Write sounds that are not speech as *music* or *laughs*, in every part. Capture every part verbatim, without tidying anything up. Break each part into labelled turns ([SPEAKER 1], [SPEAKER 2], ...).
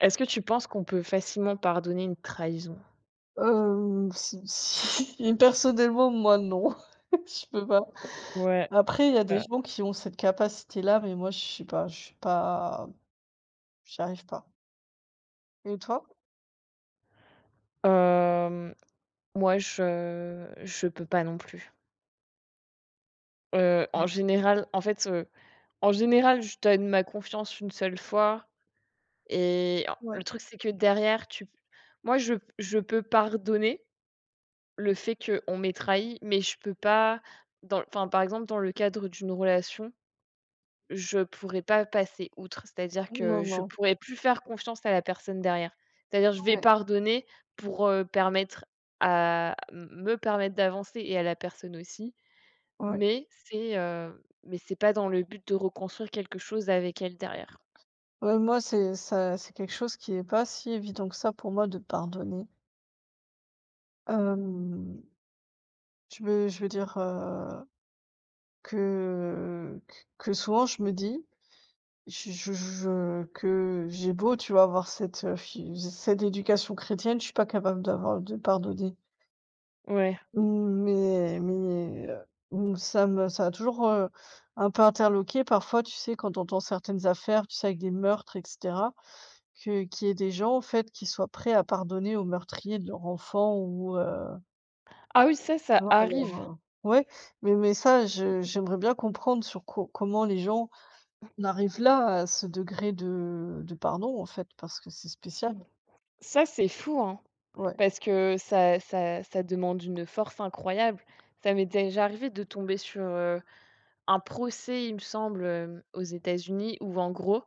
[SPEAKER 1] Est-ce que tu penses qu'on peut facilement pardonner une trahison?
[SPEAKER 2] Hem, si si *laughs* personnellement, moi, non, *laughs* je peux pas.
[SPEAKER 1] Ouais,
[SPEAKER 2] Après, il y a des
[SPEAKER 1] heu
[SPEAKER 2] gens qui ont cette capacité-là, mais moi, je sais pas, je suis pas j'y arrive pas. Et toi?
[SPEAKER 1] Hem, moi je je peux pas non plus. Heu, en
[SPEAKER 2] Ouais.
[SPEAKER 1] général, en fait, heu, en général, je donne ma confiance une seule fois et en
[SPEAKER 2] Ouais.
[SPEAKER 1] le truc c'est que derrière tu moi je je peux pardonner le fait qu'on m'ait trahi, mais je peux pas dans enfin, par exemple, dans le cadre d'une relation. Je pourrais pas passer outre, c'est-à-dire que
[SPEAKER 2] Non,
[SPEAKER 1] je
[SPEAKER 2] non.
[SPEAKER 1] pourrais plus faire confiance à la personne derrière. C'est-à-dire, je vais
[SPEAKER 2] Ouais,
[SPEAKER 1] pardonner pour, heu, permettre à me permettre d'avancer et à la personne aussi,
[SPEAKER 2] ouais.
[SPEAKER 1] mais c'est, heu, mais c'est pas dans le but de reconstruire quelque chose avec elle derrière.
[SPEAKER 2] Ouais, moi, c'est ça, c'est quelque chose qui est pas si évident que ça pour moi de pardonner. Hem, je veux je veux dire, heu, que que souvent je me dis. Je je je Que j'ai beau, tu vois, avoir cette, heu, fi cette éducation chrétienne, je suis pas capable d'avoir de pardonner.
[SPEAKER 1] Ouais.
[SPEAKER 2] Mmh, Mais mais, heu, mmh, ça me ça a toujours, heu, un peu interloqué parfois, tu sais, quand on entend certaines affaires, tu sais, avec des meurtres et cetera, que qu'il y ait des gens, en fait, qui soient prêts à pardonner aux meurtriers de leur enfant ou, heu,
[SPEAKER 1] Ah oui, ça,
[SPEAKER 2] tu
[SPEAKER 1] ça
[SPEAKER 2] vois, leur,
[SPEAKER 1] arrive.
[SPEAKER 2] heu ouais, mais mais ça, je j'aimerais bien comprendre sur co comment les gens on arrive là, à ce degré de de pardon, en fait, parce que c'est spécial.
[SPEAKER 1] Ça, c'est fou, hein,
[SPEAKER 2] Ouais,
[SPEAKER 1] parce que ça ça ça demande une force incroyable. Ça m'est déjà arrivé de tomber sur, heu, un procès, il me semble, hem, aux États-Unis où en gros,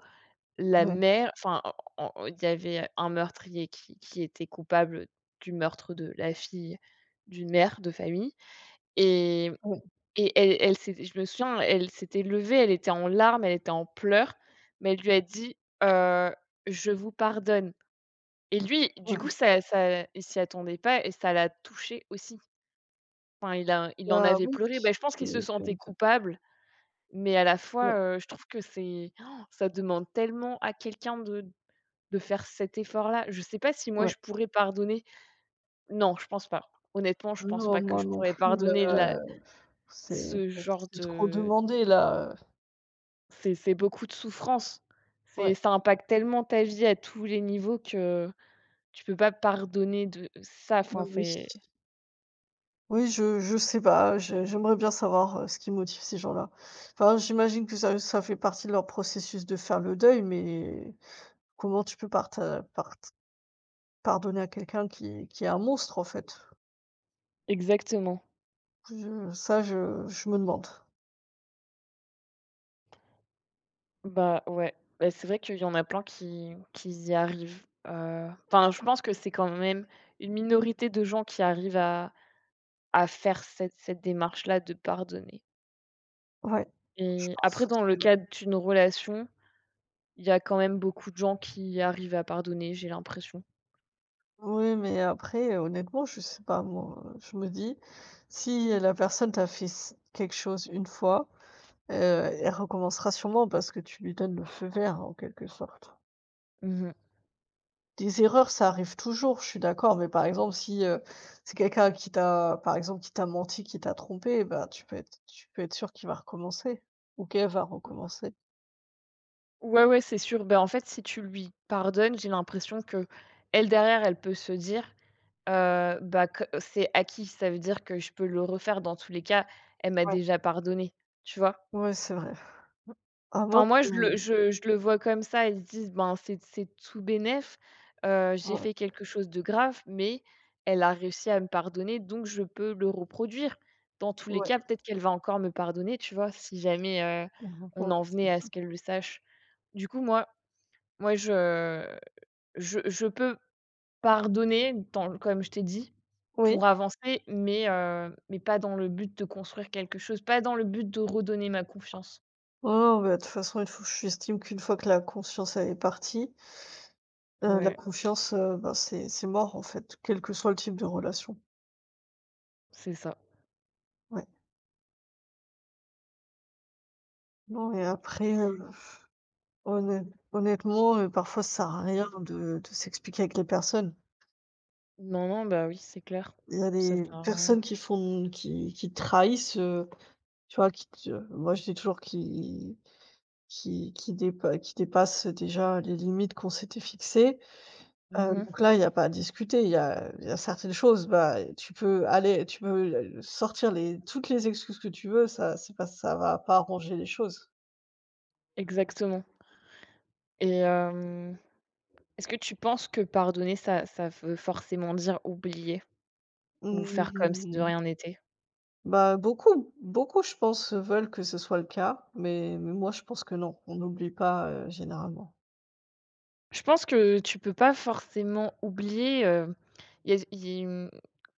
[SPEAKER 1] la
[SPEAKER 2] ouais,
[SPEAKER 1] mère enfin, en en il y avait un meurtrier qui qui était coupable du meurtre de la fille d'une mère de famille et
[SPEAKER 2] ouais,
[SPEAKER 1] et elle elle s'était je me souviens, elle s'était levée, elle était en larmes, elle était en pleurs, mais elle lui a dit, heu: «Je vous pardonne» et lui, du coup,
[SPEAKER 2] ouais.
[SPEAKER 1] ça ça il s'y attendait pas et ça l'a touché aussi. Enfin, il a il en
[SPEAKER 2] Bah,
[SPEAKER 1] avait
[SPEAKER 2] oui,
[SPEAKER 1] pleuré. Ben, je pense qu'il se
[SPEAKER 2] tu tu
[SPEAKER 1] sentait coupable, mais à la fois,
[SPEAKER 2] ouais,
[SPEAKER 1] heu, je trouve que c'est oh, ça demande tellement à quelqu'un de de faire cet effort-là. Je sais pas si moi
[SPEAKER 2] ouais.
[SPEAKER 1] je pourrais pardonner. Non, je pense pas. Honnêtement, je pense pas
[SPEAKER 2] Non,
[SPEAKER 1] que
[SPEAKER 2] moi
[SPEAKER 1] je
[SPEAKER 2] non
[SPEAKER 1] pourrais
[SPEAKER 2] plus
[SPEAKER 1] pardonner la
[SPEAKER 2] là, c'est
[SPEAKER 1] ce genre
[SPEAKER 2] c'est trop
[SPEAKER 1] de
[SPEAKER 2] demandé là,
[SPEAKER 1] c'est c'est beaucoup de souffrance. C'est
[SPEAKER 2] ouais,
[SPEAKER 1] ça impacte tellement ta vie à tous les niveaux que tu peux pas pardonner de ça.
[SPEAKER 2] bah,
[SPEAKER 1] Enfin,
[SPEAKER 2] oui.
[SPEAKER 1] c'est
[SPEAKER 2] Oui, je je sais pas, je j'aimerais bien savoir, heu, ce qui motive ces gens-là. Enfin, j'imagine que ça ça fait partie de leur processus de faire le deuil, mais comment tu peux parta part pardonner à quelqu'un qui qui est un monstre, en fait?
[SPEAKER 1] exactement.
[SPEAKER 2] Je ça, je je me demande.
[SPEAKER 1] Bah, ouais. Bah, c'est vrai qu'il y en a plein qui qui y arrivent. Heu, enfin, je pense que c'est quand même une minorité de gens qui arrivent à à faire cette cette démarche-là de pardonner.
[SPEAKER 2] Ouais, je
[SPEAKER 1] Et après,
[SPEAKER 2] pense
[SPEAKER 1] dans le
[SPEAKER 2] aussi, ouais.
[SPEAKER 1] cadre d'une relation, il y a quand même beaucoup de gens qui arrivent à pardonner, j'ai l'impression.
[SPEAKER 2] Oui, mais après, euh, honnêtement, je sais pas moi, euh, je me dis: «Si la personne t'a fait s quelque chose une fois, heu, elle recommencera sûrement parce que tu lui donnes le feu vert en quelque sorte».
[SPEAKER 1] Mmh.
[SPEAKER 2] Des erreurs, ça arrive toujours, je suis d'accord, mais par exemple si, heu, c'est quelqu'un qui t'a par exemple qui t'a menti, qui t'a trompé, bah, tu peux être tu peux être sûr qu'il va recommencer ou qu'elle va recommencer.
[SPEAKER 1] Ouais, ouais, c'est sûr. Ben en fait, si tu lui pardonnes, j'ai l'impression que elle derrière, elle peut se dire, heu, bah, que c'est acquis. Ça veut dire que je peux le refaire dans tous les cas, elle m'a
[SPEAKER 2] Ouais,
[SPEAKER 1] déjà pardonné, tu vois?
[SPEAKER 2] ouais, c'est vrai. Ah moi,
[SPEAKER 1] Enfin, moi, je le
[SPEAKER 2] mmh,
[SPEAKER 1] je je le vois comme ça. Ils se disent: «Ben, c'est c'est tout bénef. Heu, j'ai
[SPEAKER 2] ouais,
[SPEAKER 1] fait quelque chose de grave, mais elle a réussi à me pardonner, donc je peux le reproduire. Dans tous les
[SPEAKER 2] ouais.
[SPEAKER 1] cas, peut-être qu'elle va encore me pardonner», tu vois? Si jamais, heu,
[SPEAKER 2] Mhm.
[SPEAKER 1] on en venait
[SPEAKER 2] Ouais.
[SPEAKER 1] à ce qu'elle le sache. Du coup, moi moi, je je je peux pardonner dans comme je t'ai dit,
[SPEAKER 2] Oui.
[SPEAKER 1] pour avancer, mais heu, mais pas dans le but de construire quelque chose, pas dans le but de redonner ma confiance.
[SPEAKER 2] Oh, bah, de toute façon, il faut j'estime qu'une fois que la conscience elle est partie, heu, la
[SPEAKER 1] Ouais,
[SPEAKER 2] confiance, heu, bah, c'est c'est mort en fait, quel que soit le type de relation.
[SPEAKER 1] c'est ça.
[SPEAKER 2] Ouais. Non, et après, heu, honnête honnêtement, heu, parfois ça sert à rien de de s'expliquer avec les personnes.
[SPEAKER 1] Non, non, bah, oui, c'est clair.
[SPEAKER 2] Il y a
[SPEAKER 1] Ça
[SPEAKER 2] des
[SPEAKER 1] sert à rien.
[SPEAKER 2] personnes qui font qui qui trahissent, heu, tu vois? Qui te euh, Moi je dis toujours qui qui qui dépa qui dépassent déjà les limites qu'on s'était fixées. Heu,
[SPEAKER 1] Mmh.
[SPEAKER 2] donc là, il y a pas à discuter. Il y a il y a certaines choses, bah, tu peux aller tu peux le sortir les toutes les excuses que tu veux, ça c'est pas ça va pas arranger les choses.
[SPEAKER 1] Exactement et hem, est-ce que tu penses que pardonner, ça ça veut forcément dire oublier ou faire comme si de
[SPEAKER 2] Mmh,
[SPEAKER 1] rien n'était?
[SPEAKER 2] Bah, beaucoup beaucoup, je pense, heu, veulent que ce soit le cas, mais mais moi, je pense que non, on n'oublie pas, heu, généralement.
[SPEAKER 1] Je pense que tu peux pas forcément oublier, heu, y a y mmh,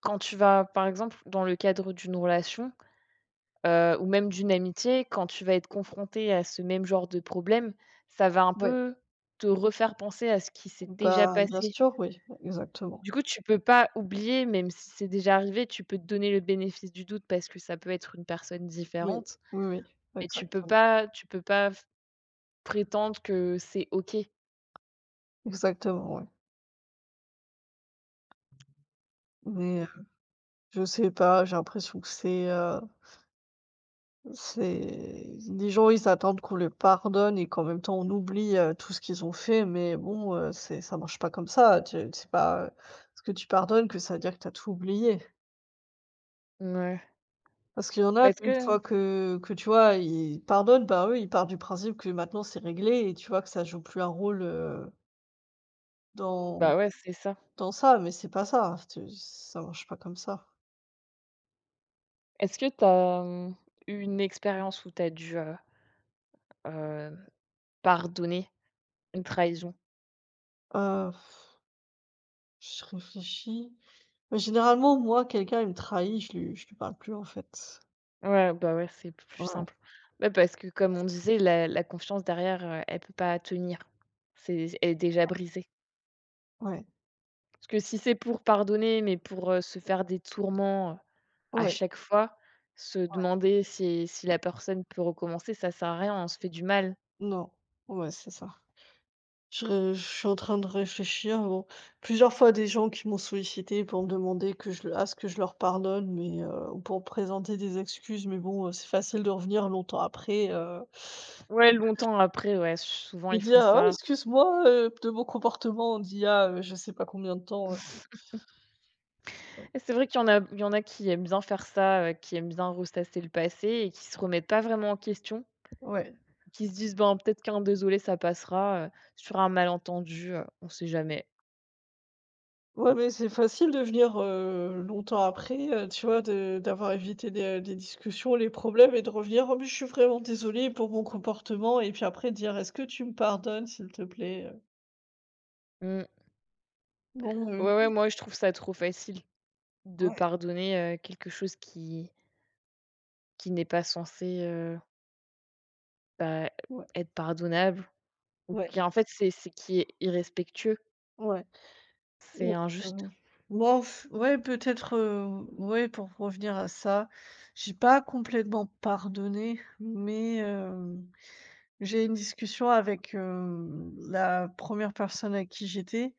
[SPEAKER 1] quand tu vas, par exemple, dans le cadre d'une relation, heu, ou même d'une amitié, quand tu vas être confronté à ce même genre de problème, ça va un
[SPEAKER 2] Ouais,
[SPEAKER 1] peu te refaire penser à ce qui s'est déjà
[SPEAKER 2] bah, bien
[SPEAKER 1] passé.
[SPEAKER 2] sûr, oui, exactement.
[SPEAKER 1] Du coup, tu peux pas oublier, même si c'est déjà arrivé, tu peux te donner le bénéfice du doute parce que ça peut être une personne
[SPEAKER 2] Oui,
[SPEAKER 1] différente,
[SPEAKER 2] oui, oui,
[SPEAKER 1] mais tu peux
[SPEAKER 2] exactement.
[SPEAKER 1] pas tu peux pas f prétendre que c'est OK.
[SPEAKER 2] Exactement, ouais, mais heu, je sais pas, j'ai l'impression que c'est, heu C'est les gens, ils attendent qu'on les pardonne et qu'en même temps on oublie, heu, tout ce qu'ils ont fait, mais bon, heu, c'est ça marche pas comme ça. Tu C'est pas, heu, parce que tu pardonnes que ça veut dire que tu as tout oublié.
[SPEAKER 1] Ouais.
[SPEAKER 2] Parce qu'il y en a,
[SPEAKER 1] Est-ce
[SPEAKER 2] une
[SPEAKER 1] que
[SPEAKER 2] fois que que tu vois, ils pardonnent, bah, eux, ils partent du principe que maintenant c'est réglé et tu vois que ça joue plus un rôle, heu, dans
[SPEAKER 1] bah, ouais, c'est ça.
[SPEAKER 2] dans ça, mais c'est pas ça, tu ça marche pas comme ça.
[SPEAKER 1] Est-ce que tu as, mmh, eu une expérience où tu as dû, heu, heu, pardonner une trahison?
[SPEAKER 2] Heu, je réfléchis. Bah, généralement, moi, quelqu'un, il me trahit, je lui je lui parle plus, en fait.
[SPEAKER 1] Ouais, bah, ouais, c'est plus
[SPEAKER 2] Ouais,
[SPEAKER 1] simple. Bah, parce que comme on disait, la la confiance derrière, heu, elle peut pas tenir. C'est elle est déjà brisée.
[SPEAKER 2] ouais,
[SPEAKER 1] Parce que si c'est pour pardonner, mais pour, heu, se faire des tourments, heu, à
[SPEAKER 2] ouais.
[SPEAKER 1] chaque fois, se
[SPEAKER 2] Ouais.
[SPEAKER 1] demander si si la personne peut recommencer, ça sert à rien, on se fait du mal.
[SPEAKER 2] Non, ouais, c'est ça. Je, je suis en train de réfléchir. Bon, plusieurs fois, des gens qui m'ont sollicité pour me demander que je, à ce que je leur pardonne, mais euh, ou pour présenter des excuses. Mais bon, euh, c'est facile de revenir longtemps après euh,
[SPEAKER 1] Ouais, longtemps après, ouais, souvent
[SPEAKER 2] et
[SPEAKER 1] ils
[SPEAKER 2] dire:
[SPEAKER 1] font
[SPEAKER 2] «Ah,
[SPEAKER 1] ça.
[SPEAKER 2] excuse-moi euh, de mon comportement d'il y a euh, je sais pas combien de temps. euh.
[SPEAKER 1] *laughs* Et c'est vrai qu'il y en a il y en a qui aiment bien faire ça, heu, qui aiment bien ressasser le passé et qui se remettent pas vraiment en question,
[SPEAKER 2] Ouais.
[SPEAKER 1] qui se disent: «Ben, peut-être qu'un désolé, ça passera, heu, sur un malentendu, heu, on sait jamais».
[SPEAKER 2] Ouais, mais c'est facile de venir, heu, longtemps après, heu, tu vois? De D'avoir évité les, les discussions, les problèmes et de revenir: «Oh, mais je suis vraiment désolée pour mon comportement» et puis après dire: «Est-ce que tu me pardonnes s'il te plaît?»
[SPEAKER 1] Mmh.
[SPEAKER 2] Bon, heu,
[SPEAKER 1] Ouais, ouais, moi je trouve ça trop facile de
[SPEAKER 2] ouais,
[SPEAKER 1] pardonner, heu, quelque chose qui Qui n'est pas censé, heu, bah, e,
[SPEAKER 2] ouais,
[SPEAKER 1] être pardonnable ou
[SPEAKER 2] ouais,
[SPEAKER 1] qui en fait, c'est c'est qui est irrespectueux,
[SPEAKER 2] ouais,
[SPEAKER 1] c'est
[SPEAKER 2] ouais,
[SPEAKER 1] injuste.
[SPEAKER 2] heu, bon f- ouais peut-être, heu, ouais, pour revenir à ça, j'ai pas complètement pardonné, mais hem, j'ai eu une discussion avec, hem, la première personne à qui j'étais.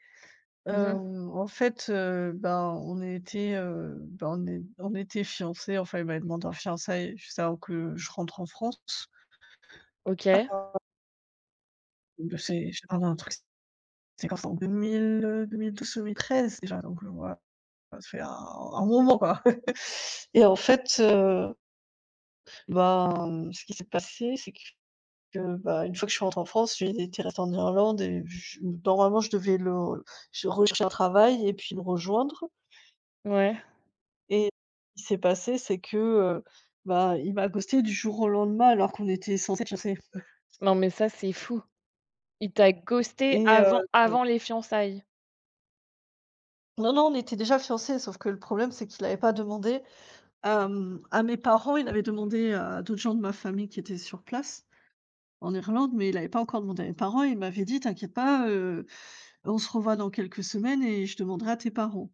[SPEAKER 1] Mmh.
[SPEAKER 2] Hem, en fait, heu, ben, on était, heu, ben, on é on était fiancés, enfin, il m'a demandé en fiançailles juste avant que je rentre en France.
[SPEAKER 1] OK,
[SPEAKER 2] Bah, c'est je te parle d'un truc. C'est quand? C'était en deux mille, heu, deux mille douze-deux mille treize déjà, donc heu, voilà, ça fait un un moment, quoi. *laughs* Et en fait, heu, ben, ce qui s'est passé, c'est que, que, ben, une fois que je suis rentrée en France, j'ai été restée en Irlande et je normalement, je devais le je rechercher un travail et puis le rejoindre.
[SPEAKER 1] ouais.
[SPEAKER 2] Et ce qui s'est passé, c'est que, heu, bah, il m'a ghostée du jour au lendemain alors qu'on était censés être fiancés
[SPEAKER 1] Non, mais ça, c'est fou. Il t'a ghosté
[SPEAKER 2] et
[SPEAKER 1] avant
[SPEAKER 2] heu
[SPEAKER 1] avant les fiançailles?
[SPEAKER 2] non, non, on était déjà fiancés, sauf que le problème, c'est qu'il n'avait pas demandé, hem, à mes parents, il avait demandé à d'autres gens de ma famille qui étaient sur place, en Irlande, mais il n'avait pas encore demandé à mes parents. Il m'avait dit: «T'inquiète pas, heu, on se revoit dans quelques semaines et je demanderai à tes parents».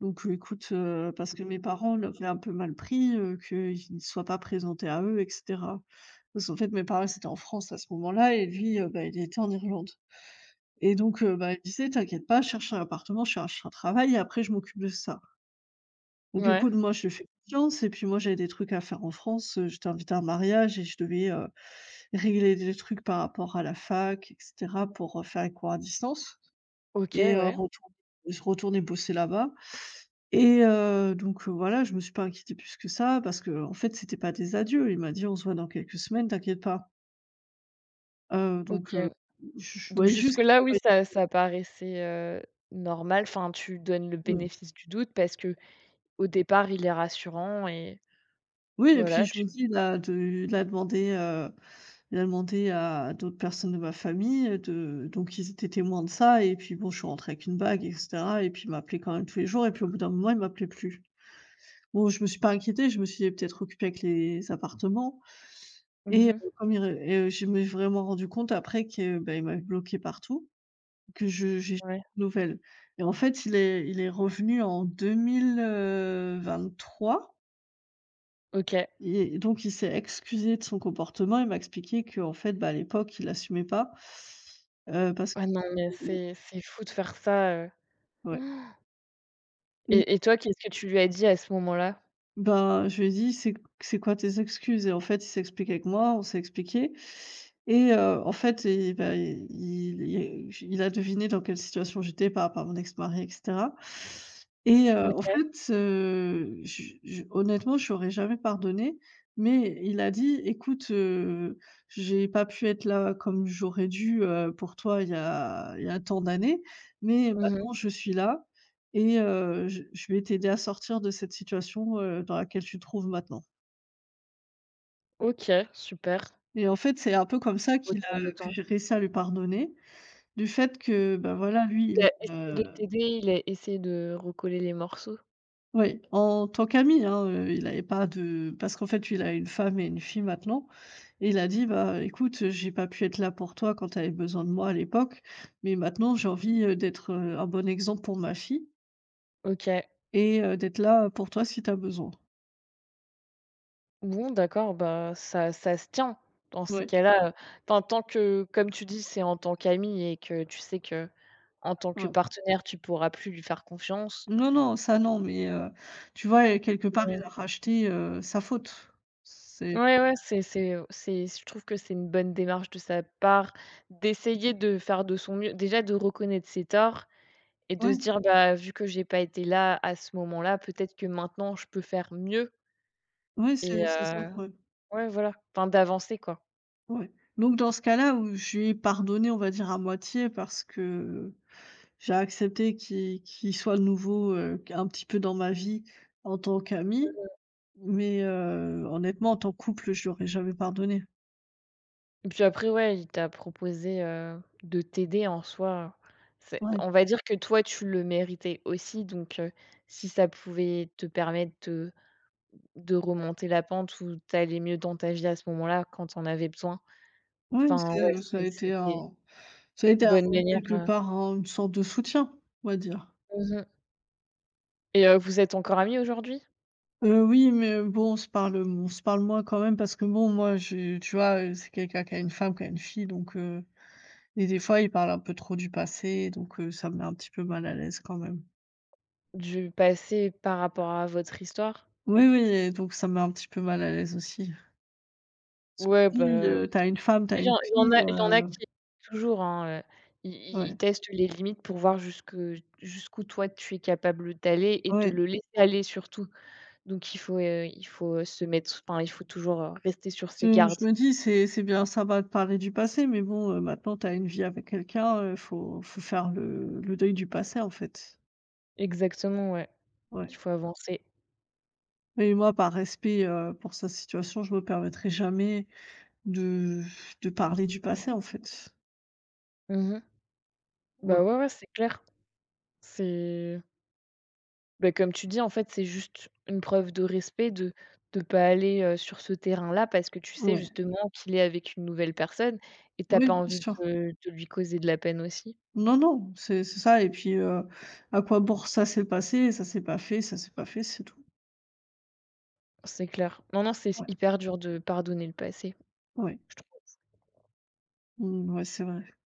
[SPEAKER 2] Donc heu, écoute, heu, parce que mes parents l'avaient un peu mal pris, heu, que ne soient pas présentés à eux et cetera. Parce qu'en fait, mes parents, ils étaient en France à ce moment-là et lui, heu, bah, il était en Irlande. Et donc heu, bah, il disait: «T'inquiète pas, je cherche un appartement, je cherche un travail et après je m'occupe de ça». Donc
[SPEAKER 1] Ouais.
[SPEAKER 2] écoute, moi, je fais confiance et puis moi, j'avais des trucs à faire en France, heu, j'étais invitée à un mariage et je devais, heu, régler des trucs par rapport à la fac et cetera pour, heu, faire les cours à distance.
[SPEAKER 1] OK,
[SPEAKER 2] Et heu,
[SPEAKER 1] ouais,
[SPEAKER 2] retourner, je bosser là-bas, et heu, donc heu, voilà, je me suis pas inquiétée plus que ça parce que en fait, c'était pas des adieux. Il m'a dit: «On se voit dans quelques semaines, t'inquiète pas». Heu, donc
[SPEAKER 1] OK.
[SPEAKER 2] heu, je je
[SPEAKER 1] Donc
[SPEAKER 2] voyais juste qu'il
[SPEAKER 1] jusque-là, oui,
[SPEAKER 2] m'envoyait.
[SPEAKER 1] ça ça paraissait, heu, normal. Enfin, tu donnes le
[SPEAKER 2] Ouais.
[SPEAKER 1] bénéfice du doute parce que au départ, il est rassurant et
[SPEAKER 2] Oui, et puis
[SPEAKER 1] voilà,
[SPEAKER 2] je
[SPEAKER 1] tu
[SPEAKER 2] me dis, il a de il a demandé, heu, il a demandé à d'autres personnes de ma famille, de donc ils étaient témoins de ça et puis bon, je suis rentrée avec une bague et cetera et puis il m'appelait quand même tous les jours et puis au bout d'un moment, il m'appelait plus. Bon, je me suis pas inquiétée, je me suis dit: peut-être occupée avec les appartements». Et
[SPEAKER 1] mmh
[SPEAKER 2] heu, comme il re et je me vraiment rendu compte après que, bah, il m'avait bloquée partout, que je j'ai *unintelligible*
[SPEAKER 1] ouais,
[SPEAKER 2] de nouvelles, et en fait, il est il est revenu en deux mille vingt-trois
[SPEAKER 1] OK.
[SPEAKER 2] et donc il s'est excusé de son comportement. Il m'a expliqué qu'en fait, bah, à l'époque, il assumait pas, heu, parce que
[SPEAKER 1] Ah non, mais c'est c'est fou de faire ça, heu
[SPEAKER 2] ouais.
[SPEAKER 1] et et toi, qu'est-ce que tu lui as dit à ce moment-là?
[SPEAKER 2] Bah, je lui ai dit: «C'est c'est quoi tes excuses?» et en fait, il s'est expliqué avec moi, on s'est expliqué et heu, en fait, et bah, il il il a deviné dans quelle situation j'étais par rapport à mon ex-mari et cetera, et heu, en
[SPEAKER 1] OK.
[SPEAKER 2] fait, heu, je je honnêtement, je lui jamais pardonné, mais il a dit: «Écoute, heu, j'ai pas pu être là comme j'aurais dû, heu, pour toi il y a il y a tant d'années, mais
[SPEAKER 1] Mmh.
[SPEAKER 2] maintenant je suis là. Et heu, je je vais t'aider à sortir de cette situation, heu, dans laquelle tu te trouves maintenant».
[SPEAKER 1] OK, super.
[SPEAKER 2] Et en fait, c'est un peu comme ça qu'il
[SPEAKER 1] Autant
[SPEAKER 2] a
[SPEAKER 1] de
[SPEAKER 2] que j'ai réussi à lui pardonner, du fait que, ben voilà, lui,
[SPEAKER 1] il
[SPEAKER 2] il,
[SPEAKER 1] a essayé
[SPEAKER 2] heu
[SPEAKER 1] de t'aider, il a essayé de recoller les morceaux?
[SPEAKER 2] ouais, en tant qu'ami, hein, heu, il n'avait pas de, parce qu'en fait, il a une femme et une fille maintenant et il a dit: «Bah, écoute, j'ai pas pu être là pour toi quand tu avais besoin de moi à l'époque, mais maintenant j'ai envie, heu, d'être, heu, un bon exemple pour ma fille
[SPEAKER 1] OK.
[SPEAKER 2] et heu, d'être là, pour toi si tu as besoin».
[SPEAKER 1] Bon d'accord, bah, ça ça se tient. Dans ces
[SPEAKER 2] Ouais,
[SPEAKER 1] cas-là, heu, enfin, tant que comme tu dis, c'est en tant qu'ami et que tu sais que en tant que
[SPEAKER 2] ouais.
[SPEAKER 1] partenaire, tu pourras plus lui faire confiance.
[SPEAKER 2] Non, non, ça non, mais heu, tu vois, heu, quelque part,
[SPEAKER 1] Mmh.
[SPEAKER 2] il a racheté, heu, sa faute. C'est
[SPEAKER 1] Ouais, ouais, c'est c'est, c'est je trouve que c'est une bonne démarche de sa part d'essayer de faire de son mieux. Déjà de reconnaître ses torts et de
[SPEAKER 2] Ouais,
[SPEAKER 1] se dire: «Bah, vu que j'ai pas été là à ce moment-là, peut-être que maintenant je peux faire mieux»
[SPEAKER 2] ouais,
[SPEAKER 1] et
[SPEAKER 2] c'est c'est ça le.
[SPEAKER 1] heu, ouais voilà, enfin d'avancer quoi.
[SPEAKER 2] Ouais. Donc dans ce cas-là où je lui ai pardonné, on va dire à moitié, parce que j'ai accepté qu'il qu'il soit de nouveau, heu, un petit peu dans ma vie en tant qu'ami, mais heu, honnêtement, en tant que couple, je lui jamais pardonné.
[SPEAKER 1] Et puis après, ouais, il t'a proposé, heu, de t'aider en soi. C'est
[SPEAKER 2] Ouais.
[SPEAKER 1] on va dire que toi, tu le méritais aussi, donc heu, si ça pouvait te permettre de de remonter la pente ou d'aller mieux dans ta vie à ce moment-là, quand tu en avais besoin.
[SPEAKER 2] Ouais,
[SPEAKER 1] Enfin, ouais,
[SPEAKER 2] c'est ça a
[SPEAKER 1] c'est
[SPEAKER 2] été
[SPEAKER 1] c'était
[SPEAKER 2] un ça a été,
[SPEAKER 1] bonne
[SPEAKER 2] un
[SPEAKER 1] manière,
[SPEAKER 2] quelque
[SPEAKER 1] heu
[SPEAKER 2] part, un une sorte de soutien, on va dire.
[SPEAKER 1] mmh et heu, vous êtes encore amis aujourd'hui?
[SPEAKER 2] Heu, oui, mais bon, on se parle, on se parle moins quand même parce que bon, moi, je tu vois, heu, c'est quelqu'un qui a une femme, qui a une fille, donc heu et des fois, il parle un peu trop du passé, donc heu, ça me met un petit peu mal à l'aise quand même.
[SPEAKER 1] Du passé par rapport à votre histoire?
[SPEAKER 2] Oui, oui, et donc ça me met un petit peu mal à l'aise aussi.
[SPEAKER 1] Ouais,
[SPEAKER 2] Je me dis,
[SPEAKER 1] bah
[SPEAKER 2] heu, tu as une femme, tu as
[SPEAKER 1] il y
[SPEAKER 2] une
[SPEAKER 1] en il y
[SPEAKER 2] fille,
[SPEAKER 1] en a il y en a
[SPEAKER 2] heu,
[SPEAKER 1] qui toujours, hein, heu, ils ils ils
[SPEAKER 2] ouais,
[SPEAKER 1] testent les limites pour voir jusque jusqu'où toi tu es capable d'aller et de
[SPEAKER 2] ouais.
[SPEAKER 1] le laisser aller surtout. Donc il faut, heu, il faut, se mettre enfin il faut toujours, heu, rester sur
[SPEAKER 2] Je
[SPEAKER 1] ses gardes.
[SPEAKER 2] je me dis: «C'est c'est bien sympa de parler du passé, mais bon, heu, maintenant tu as une vie avec quelqu'un, heu, faut faut faire le le deuil du passé, en fait».
[SPEAKER 1] Exactement, ouais. Il
[SPEAKER 2] Ouais.
[SPEAKER 1] faut avancer.
[SPEAKER 2] Mais moi, par respect, heu, pour sa situation, je me permettrai jamais de de parler du passé, en fait.
[SPEAKER 1] Mmh mh.
[SPEAKER 2] Mmh,
[SPEAKER 1] Bah, ouais, ouais, c'est clair. C'est bah, comme tu dis, en fait, c'est juste une preuve de respect de de pas aller, heu, sur ce terrain-là parce que tu sais
[SPEAKER 2] ouais.
[SPEAKER 1] justement qu'il est avec une nouvelle personne et tu as
[SPEAKER 2] Oui,
[SPEAKER 1] pas
[SPEAKER 2] bien
[SPEAKER 1] envie
[SPEAKER 2] sûr.
[SPEAKER 1] de de lui causer de la peine aussi.
[SPEAKER 2] Non, non, c'est c'est ça et puis, heu, à quoi bon? Ça, c'est passé, ça s'est pas fait, ça s'est pas fait, c'est tout.
[SPEAKER 1] C'est clair. Non, non, c'est
[SPEAKER 2] Ouais,
[SPEAKER 1] hyper dur de pardonner le passé.
[SPEAKER 2] ouais. Mmh, ouais, c'est vrai.